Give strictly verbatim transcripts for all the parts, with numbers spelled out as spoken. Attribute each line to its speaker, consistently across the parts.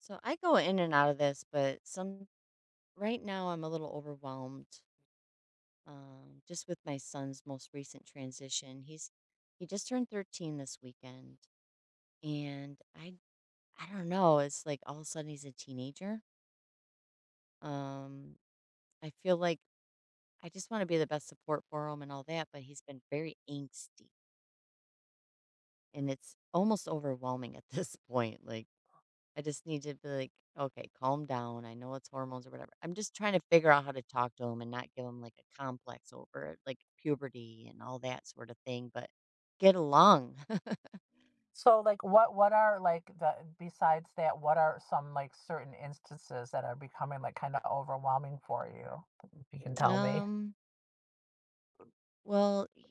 Speaker 1: So I go in and out of this, but some right now I'm a little overwhelmed. Um, just with my son's most recent transition. He's he just turned thirteen this weekend, and I I don't know, it's like all of a sudden he's a teenager. Um, I feel like I just want to be the best support for him and all that, but he's been very angsty, and it's almost overwhelming at this point. Like I just need to be like, okay, calm down. I know it's hormones or whatever. I'm just trying to figure out how to talk to him and not give him like a complex over it, like puberty and all that sort of thing, but get along.
Speaker 2: So, like, what what are like the besides that, what are some like certain instances that are becoming like kind of overwhelming for you? If you can tell me.
Speaker 1: um, well, y-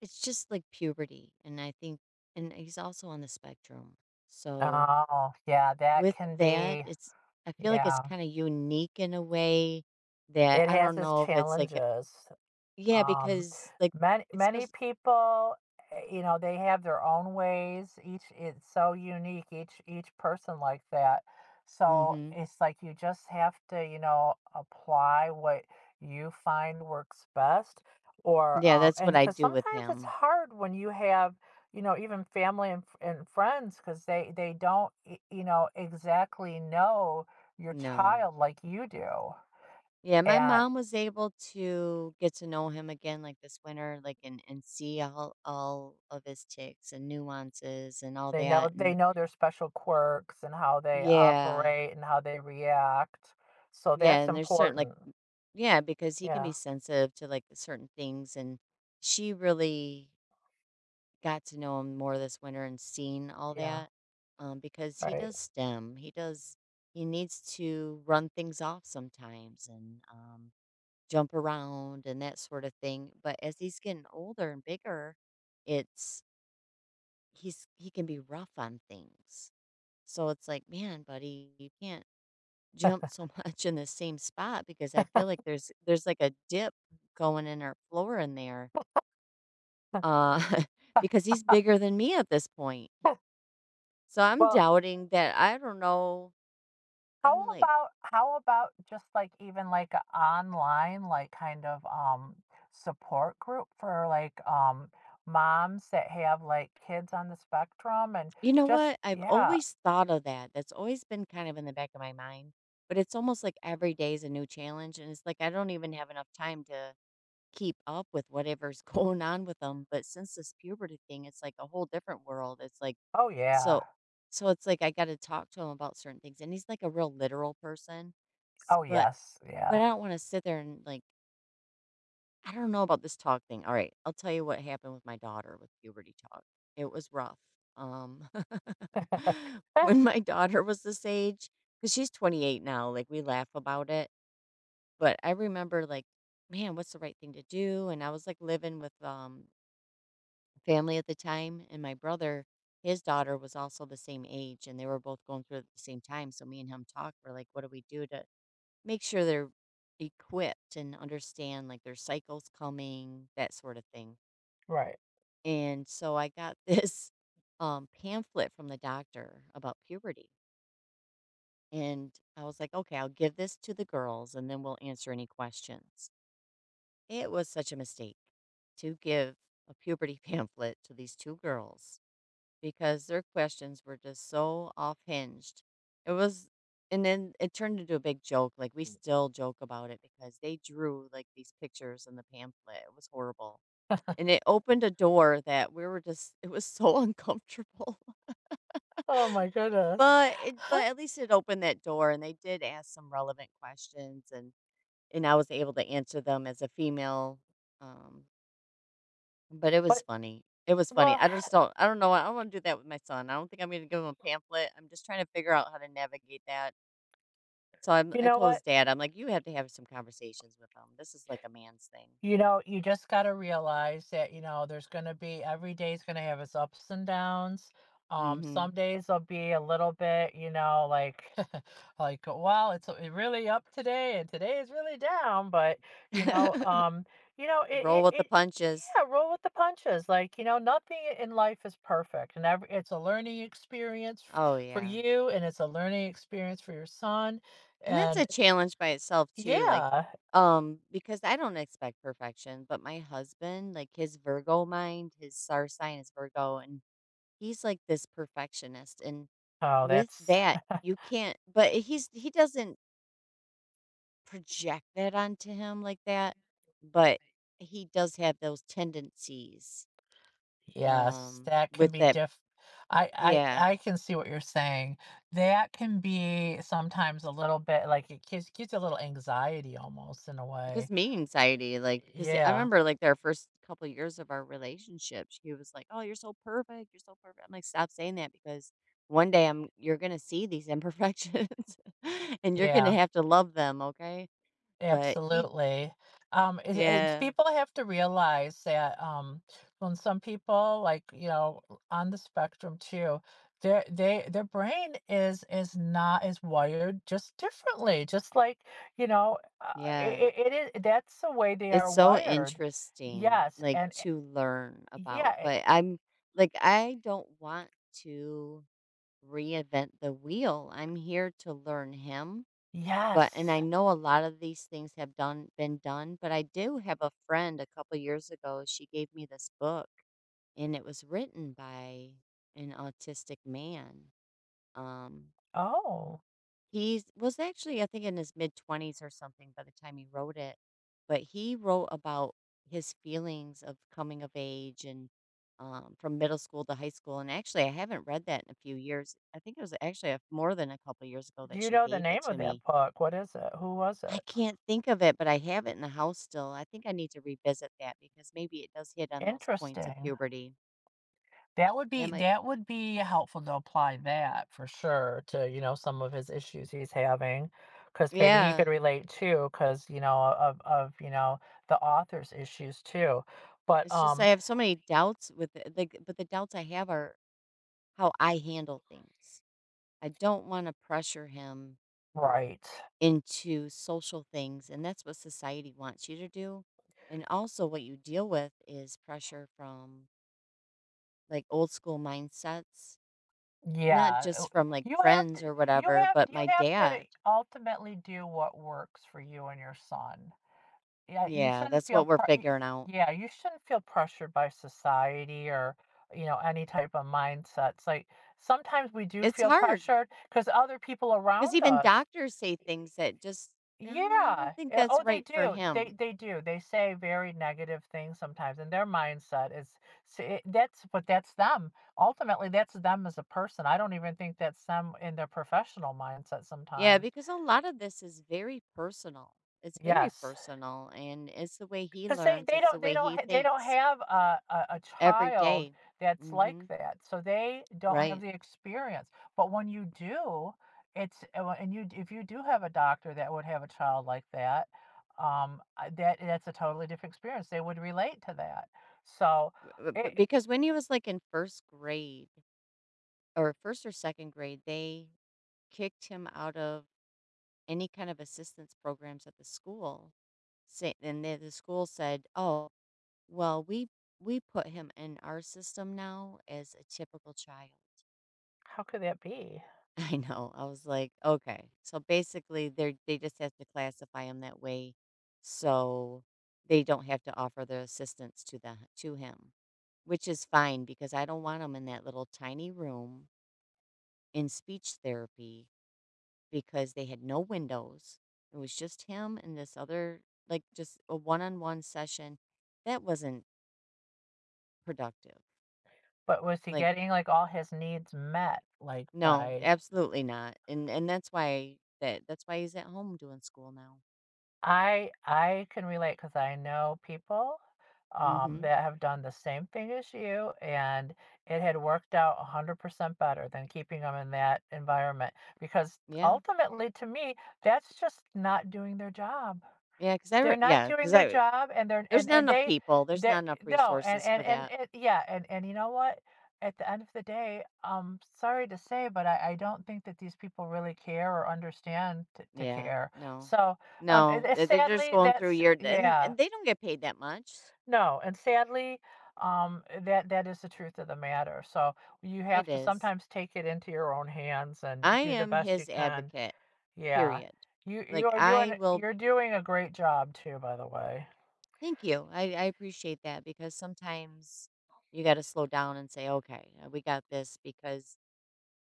Speaker 1: it's just like puberty. And I think, and he's also on the spectrum. So
Speaker 2: Oh, yeah, that
Speaker 1: with
Speaker 2: can
Speaker 1: that,
Speaker 2: be,
Speaker 1: it's, I feel like it's
Speaker 2: yeah.
Speaker 1: kind of unique in a way that
Speaker 2: It
Speaker 1: I
Speaker 2: has
Speaker 1: don't
Speaker 2: its
Speaker 1: know if it's like, a-
Speaker 2: challenges.
Speaker 1: yeah,
Speaker 2: Um,
Speaker 1: because like,
Speaker 2: many many
Speaker 1: especially,
Speaker 2: people, eh, you know, they have their own ways. Each it's so unique. Each each person like that. So
Speaker 1: hmm,
Speaker 2: it's like you just have to, you know, apply what you find works best. Or
Speaker 1: yeah,
Speaker 2: um,
Speaker 1: that's
Speaker 2: and
Speaker 1: what I
Speaker 2: because
Speaker 1: do with
Speaker 2: sometimes it's
Speaker 1: him.
Speaker 2: hard when you have, you know, even family and, f- and friends because they they don't, y- you know, exactly know your
Speaker 1: No.
Speaker 2: child like you do
Speaker 1: Yeah, my
Speaker 2: and.
Speaker 1: mom was able to get to know him again, like, this winter, like, and and see all all of his ticks and nuances and all
Speaker 2: They know
Speaker 1: that,
Speaker 2: they
Speaker 1: and
Speaker 2: know their special quirks and how they
Speaker 1: yeah.
Speaker 2: operate and how they react, so
Speaker 1: Yeah,
Speaker 2: that's
Speaker 1: and there's certain like,
Speaker 2: important.
Speaker 1: yeah, because he can be
Speaker 2: Yeah,
Speaker 1: sensitive to, like, certain things, and she really got to know him more this winter and seen all
Speaker 2: yeah,
Speaker 1: that, um, because he
Speaker 2: right.
Speaker 1: does STEM, he does he needs to run things off sometimes, and, um jump around and that sort of thing. But as he's getting older and bigger, it's he's he can be rough on things. So it's like, man, buddy, you can't jump so much in the same spot because I feel like there's there's like a dip going in our floor in there. Uh because he's
Speaker 2: Uh,
Speaker 1: bigger than me at this point. So I'm
Speaker 2: Well,
Speaker 1: doubting that, I don't know.
Speaker 2: how
Speaker 1: I'm like,
Speaker 2: about how about just, like, even, like, an online, like, kind of, um, support group for, like, um, moms that have, like, kids on the spectrum and
Speaker 1: you know
Speaker 2: just
Speaker 1: what? I've
Speaker 2: yeah.
Speaker 1: always thought of that. That's always been kind of in the back of my mind, but it's almost like every day is a new challenge. And it's like I don't even have enough time to keep up with whatever's going on with them. But since this puberty thing, it's like a whole different world. It's like,
Speaker 2: Oh,
Speaker 1: so,
Speaker 2: yeah.
Speaker 1: so it's like I got to talk to him about certain things. And he's like a real literal person, S-
Speaker 2: Oh,
Speaker 1: but,
Speaker 2: yes,
Speaker 1: but
Speaker 2: yeah.
Speaker 1: I don't want to sit there and like, I don't know about this talk thing. All right, I'll tell you what happened with my daughter with puberty talk. It was rough. Um, when my daughter was this age, because she's twenty-eight now, like we laugh about it, but I remember like, man, what's the right thing to do? And I was like living with um family at the time, and my brother, his daughter was also the same age, and they were both going through it at the same time. So me and him talked. We're like, what do we do to make sure they're equipped and understand, like, their cycle's coming, that sort of thing.
Speaker 2: Right.
Speaker 1: And so I got this um, pamphlet from the doctor about puberty. And I was like, okay, I'll give this to the girls and then we'll answer any questions. It was such a mistake to give a puberty pamphlet to these two girls because their questions were just so off hinged. It was, and then it turned into a big joke. Like we still joke about it because they drew like these pictures in the pamphlet. It was horrible. And it opened a door that we were just, it was so uncomfortable.
Speaker 2: Oh my goodness.
Speaker 1: But it, but at least it opened that door, and they did ask some relevant questions, and, and I was able to answer them as a female. Um, But it was
Speaker 2: But
Speaker 1: funny. It was funny.
Speaker 2: well,
Speaker 1: I just don't I don't know, I don't wanna do that with my son. I don't think I'm gonna give him a pamphlet. I'm just trying to figure out how to navigate that. So I'm
Speaker 2: you
Speaker 1: I
Speaker 2: know
Speaker 1: told
Speaker 2: what?
Speaker 1: his dad, I'm like, "You have to have some conversations with him. This is like a man's thing."
Speaker 2: You know, you just gotta realize that, you know, there's gonna be every day's gonna have its ups and downs. Um, some
Speaker 1: Mm.
Speaker 2: days will be a little bit, you know, like like, wow, it's uh, really up today and today is really down, but
Speaker 1: Mhm.
Speaker 2: you know, um, you know, it
Speaker 1: Roll
Speaker 2: it,
Speaker 1: with the
Speaker 2: it
Speaker 1: punches.
Speaker 2: yeah, roll with the punches. Like, you know, nothing in life is perfect. And every, it's a learning experience f-
Speaker 1: Oh,
Speaker 2: for
Speaker 1: yeah.
Speaker 2: you and it's a learning experience for your son.
Speaker 1: And that's
Speaker 2: And
Speaker 1: a challenge by itself too, like,
Speaker 2: yeah.
Speaker 1: um, because I don't expect perfection, but my husband, like, his Virgo mind, his star sign is Virgo, and he's like this perfectionist, and
Speaker 2: Oh,
Speaker 1: with
Speaker 2: that's
Speaker 1: that, you can't, but he's he doesn't project that onto him like that, but he does have those tendencies,
Speaker 2: Yes,
Speaker 1: um,
Speaker 2: that can
Speaker 1: with
Speaker 2: be
Speaker 1: that,
Speaker 2: diff I
Speaker 1: yeah.
Speaker 2: I I can see what you're saying. That can be sometimes a little bit like it gives gives you a little anxiety almost in a way.
Speaker 1: Because me anxiety, like, because I
Speaker 2: Yeah,
Speaker 1: remember, like, their first couple years of our relationship, she was like, "Oh, you're so perfect, you're so perfect." I'm like, "Stop saying that because one day I'm you're gonna see these imperfections, and you're gonna
Speaker 2: yeah.
Speaker 1: have to love them, okay?" But he
Speaker 2: Absolutely. Um, it, it's
Speaker 1: yeah.
Speaker 2: people have to realize that um, when some people, like you know, on the spectrum too, their they their brain is is not is wired just differently. Just like you know, uh,
Speaker 1: Yeah.
Speaker 2: it, it, it is that's the way they are
Speaker 1: It's so
Speaker 2: wired.
Speaker 1: interesting,
Speaker 2: Yes,
Speaker 1: like,
Speaker 2: and eh,
Speaker 1: to learn
Speaker 2: yeah,
Speaker 1: about,
Speaker 2: eh,
Speaker 1: but I'm like, I don't want to reinvent the wheel. I'm here to learn him, but and
Speaker 2: yes.
Speaker 1: I know a lot of these things have done been done, but I do have a friend a couple years ago, she gave me this book, and it was written by an autistic man, um
Speaker 2: Oh,
Speaker 1: he was actually, I think, in his mid-twenties or something by the time he wrote it, but he wrote about his feelings of coming of age, and, um, from middle school to high school, and actually, I haven't read that in a few years. I think it was actually a more than a couple years ago
Speaker 2: do
Speaker 1: that
Speaker 2: you
Speaker 1: she
Speaker 2: know the
Speaker 1: gave
Speaker 2: name
Speaker 1: it
Speaker 2: of
Speaker 1: to
Speaker 2: that
Speaker 1: me.
Speaker 2: book? What is it? Who was
Speaker 1: I
Speaker 2: it?
Speaker 1: can't think of it, but I have it in the house still. I think I need to revisit that because maybe it does hit on those points of
Speaker 2: Interesting.
Speaker 1: puberty.
Speaker 2: That would
Speaker 1: That
Speaker 2: be
Speaker 1: might.
Speaker 2: that would be helpful to apply that for sure to, you know, some of his issues he's having, because maybe he could
Speaker 1: Yeah.
Speaker 2: relate too, because you know, of of, you know, the author's issues too. But,
Speaker 1: It's just I
Speaker 2: um
Speaker 1: have so many doubts with the the but the doubts I have are how I handle things. I don't want to pressure him
Speaker 2: right.
Speaker 1: into social things. And that's what society wants you to do. And also, what you deal with is pressure from like old school mindsets, not
Speaker 2: Yeah,
Speaker 1: just
Speaker 2: oh
Speaker 1: from like
Speaker 2: you have to
Speaker 1: friends or
Speaker 2: you
Speaker 1: whatever,
Speaker 2: have
Speaker 1: but
Speaker 2: you
Speaker 1: my
Speaker 2: have to
Speaker 1: dad.
Speaker 2: ultimately do what works for you and your son. Yeah, you
Speaker 1: Yeah,
Speaker 2: shouldn't
Speaker 1: that's
Speaker 2: feel
Speaker 1: what we're
Speaker 2: pr y
Speaker 1: figuring out.
Speaker 2: yeah, you shouldn't feel pressured by society or, you know, any type of mindsets, like, sometimes we do
Speaker 1: It's
Speaker 2: feel
Speaker 1: hard
Speaker 2: pressured because other people
Speaker 1: because
Speaker 2: around
Speaker 1: even
Speaker 2: us.
Speaker 1: doctors say things that just, "Uh, I don't
Speaker 2: Yeah,
Speaker 1: think
Speaker 2: eh,
Speaker 1: that's
Speaker 2: oh, they
Speaker 1: right for
Speaker 2: do, they
Speaker 1: him."
Speaker 2: they do, they say very negative things sometimes, and their mindset is s eh, that's but that's them. Ultimately, that's them as a person, I don't even think that's them in their professional mindset
Speaker 1: Yeah,
Speaker 2: sometimes.
Speaker 1: because a lot of this is very personal. It's very
Speaker 2: Yes.
Speaker 1: personal, and it's the way he
Speaker 2: 'Cause they
Speaker 1: learns,
Speaker 2: they
Speaker 1: it's
Speaker 2: don't
Speaker 1: the
Speaker 2: they
Speaker 1: way
Speaker 2: don't
Speaker 1: he
Speaker 2: ha they don't
Speaker 1: thinks.
Speaker 2: have a a a
Speaker 1: Every
Speaker 2: child
Speaker 1: day.
Speaker 2: that's like
Speaker 1: Mhm.
Speaker 2: that, so they don't have
Speaker 1: Right.
Speaker 2: the experience, but when you do, it's and when and you if you do have a doctor that would have a child like that, um, uh, that that's a totally different experience, they would relate to that, so
Speaker 1: B b
Speaker 2: it
Speaker 1: because when he was, like, in first grade or first or second grade, they kicked him out of any kind of assistance programs at the school. Say, and the the school said, "Oh, well, we we put him in our system now as a typical child."
Speaker 2: how could that be?
Speaker 1: I know. I was like, okay. So basically, they they just have to classify him that way, so they don't have to offer their assistance to the to him, which is fine because I don't want him in that little tiny room in speech therapy because they had no windows. It was just him and this other like just a one-on-one session that wasn't productive.
Speaker 2: But was he
Speaker 1: Like,
Speaker 2: getting, like, all his needs met, like,
Speaker 1: no,
Speaker 2: by
Speaker 1: absolutely not. And and that's why that that's why he's at home doing school now.
Speaker 2: I I can relate because I know people, um,
Speaker 1: Mm-hmm.
Speaker 2: that have done the same thing as you, and it had worked out one hundred percent better than keeping them in that environment because
Speaker 1: Yeah.
Speaker 2: ultimately, to me, that's just not doing their job.
Speaker 1: yeah, because I
Speaker 2: They're
Speaker 1: re
Speaker 2: not
Speaker 1: Yeah.
Speaker 2: doing
Speaker 1: because
Speaker 2: their
Speaker 1: I
Speaker 2: job, and they're
Speaker 1: There's
Speaker 2: and
Speaker 1: not
Speaker 2: and
Speaker 1: enough
Speaker 2: they
Speaker 1: people, there's
Speaker 2: they
Speaker 1: not enough
Speaker 2: no, and
Speaker 1: resources for
Speaker 2: and and
Speaker 1: that.
Speaker 2: and yeah, and and you know what? At the end of the day, um sorry to say, but I I don't think that these people really care or understand t to
Speaker 1: Yeah,
Speaker 2: care.
Speaker 1: no.
Speaker 2: So, um, and
Speaker 1: No,
Speaker 2: and
Speaker 1: eh, they're just
Speaker 2: sadly,
Speaker 1: going through
Speaker 2: that's
Speaker 1: year, and
Speaker 2: yeah.
Speaker 1: and they don't get paid that much.
Speaker 2: No, and sadly, um, that that is the truth of the matter. So, you have
Speaker 1: It
Speaker 2: to
Speaker 1: is.
Speaker 2: sometimes take it into your own hands and
Speaker 1: I
Speaker 2: do the
Speaker 1: am
Speaker 2: best you
Speaker 1: his
Speaker 2: can.
Speaker 1: advocate,
Speaker 2: Yeah.
Speaker 1: period.
Speaker 2: You
Speaker 1: Like,
Speaker 2: you are
Speaker 1: I
Speaker 2: doing
Speaker 1: will
Speaker 2: you're doing a great job too, by the way.
Speaker 1: thank you, I I appreciate that because sometimes you gotta slow down and say, "Okay, uh, we got this," because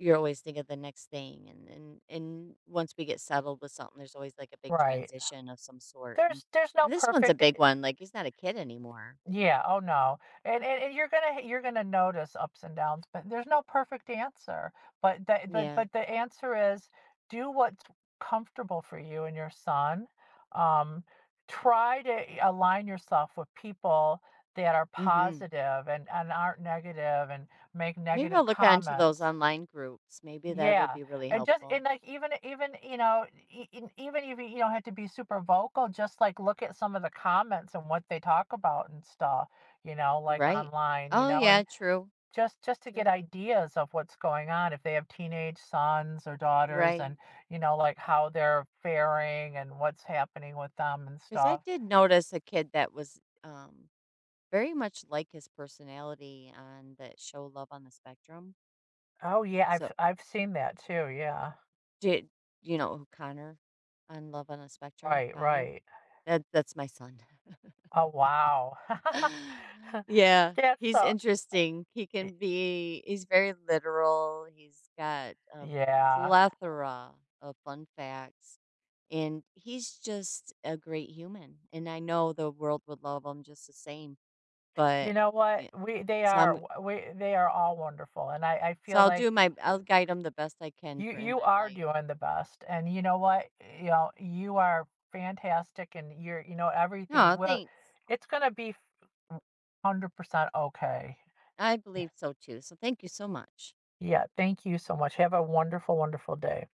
Speaker 1: you're always thinking of the next thing, and and and once we get settled with something, there's always, like, a big
Speaker 2: Right.
Speaker 1: transition of some sort, and
Speaker 2: There's there's no
Speaker 1: and this one's a
Speaker 2: perfect
Speaker 1: big
Speaker 2: eh,
Speaker 1: one, like, he's not a kid anymore.
Speaker 2: yeah, oh, no. And and and you're gonna you're gonna notice ups and downs, but there's no perfect answer. But the but
Speaker 1: Yeah,
Speaker 2: but the answer is do what's comfortable for you and your son. Um, try to align yourself with people that are
Speaker 1: mhm.
Speaker 2: positive and and aren't negative and make
Speaker 1: Maybe
Speaker 2: negative
Speaker 1: I'll look onto those
Speaker 2: comments.
Speaker 1: online groups, maybe that would
Speaker 2: Yeah,
Speaker 1: be really
Speaker 2: and just
Speaker 1: helpful.
Speaker 2: and, like, even even, you know, e e even if you you don't have to be super vocal, just, like, look at some of the comments and what they talk about and stuff, you know, like,
Speaker 1: Right.
Speaker 2: online, you
Speaker 1: Oh,
Speaker 2: know, and
Speaker 1: yeah, true,
Speaker 2: just just to get
Speaker 1: true.
Speaker 2: ideas of what's going on if they have teenage sons or daughters
Speaker 1: Right.
Speaker 2: and, you know, like, how they're faring and what's happening with them and
Speaker 1: Because I
Speaker 2: stuff.
Speaker 1: did notice a kid that was, um, very much like his personality on that show Love on the Spectrum.
Speaker 2: Oh, yeah, I've
Speaker 1: So,
Speaker 2: I've seen that too, yeah.
Speaker 1: did you know who Connor on Love on the Spectrum,
Speaker 2: Right,
Speaker 1: Connor?
Speaker 2: right.
Speaker 1: That that's my son.
Speaker 2: Oh, wow.
Speaker 1: Yeah,
Speaker 2: That's
Speaker 1: he's
Speaker 2: so
Speaker 1: interesting. He
Speaker 2: y
Speaker 1: can be He's very literal. He's got a
Speaker 2: yeah.
Speaker 1: plethora of fun facts, and he's just a great human, and I know the world would love him just the same,
Speaker 2: You
Speaker 1: but
Speaker 2: know what?
Speaker 1: yeah,
Speaker 2: We they
Speaker 1: so
Speaker 2: are
Speaker 1: I'm
Speaker 2: we they are all wonderful, and I I
Speaker 1: so
Speaker 2: feel
Speaker 1: I'll do
Speaker 2: like
Speaker 1: my I'll
Speaker 2: w
Speaker 1: guide him the best I can
Speaker 2: you
Speaker 1: for in
Speaker 2: you
Speaker 1: my
Speaker 2: are
Speaker 1: life.
Speaker 2: doing the best, and you know what? You know, you are fantastic, and you're you know, everything
Speaker 1: Aw,
Speaker 2: will
Speaker 1: thanks.
Speaker 2: it's gonna be one hundred percent okay.
Speaker 1: I
Speaker 2: Yeah.
Speaker 1: believe so too, so thank you so much.
Speaker 2: Yeah, thank you so much. Have a wonderful, wonderful day.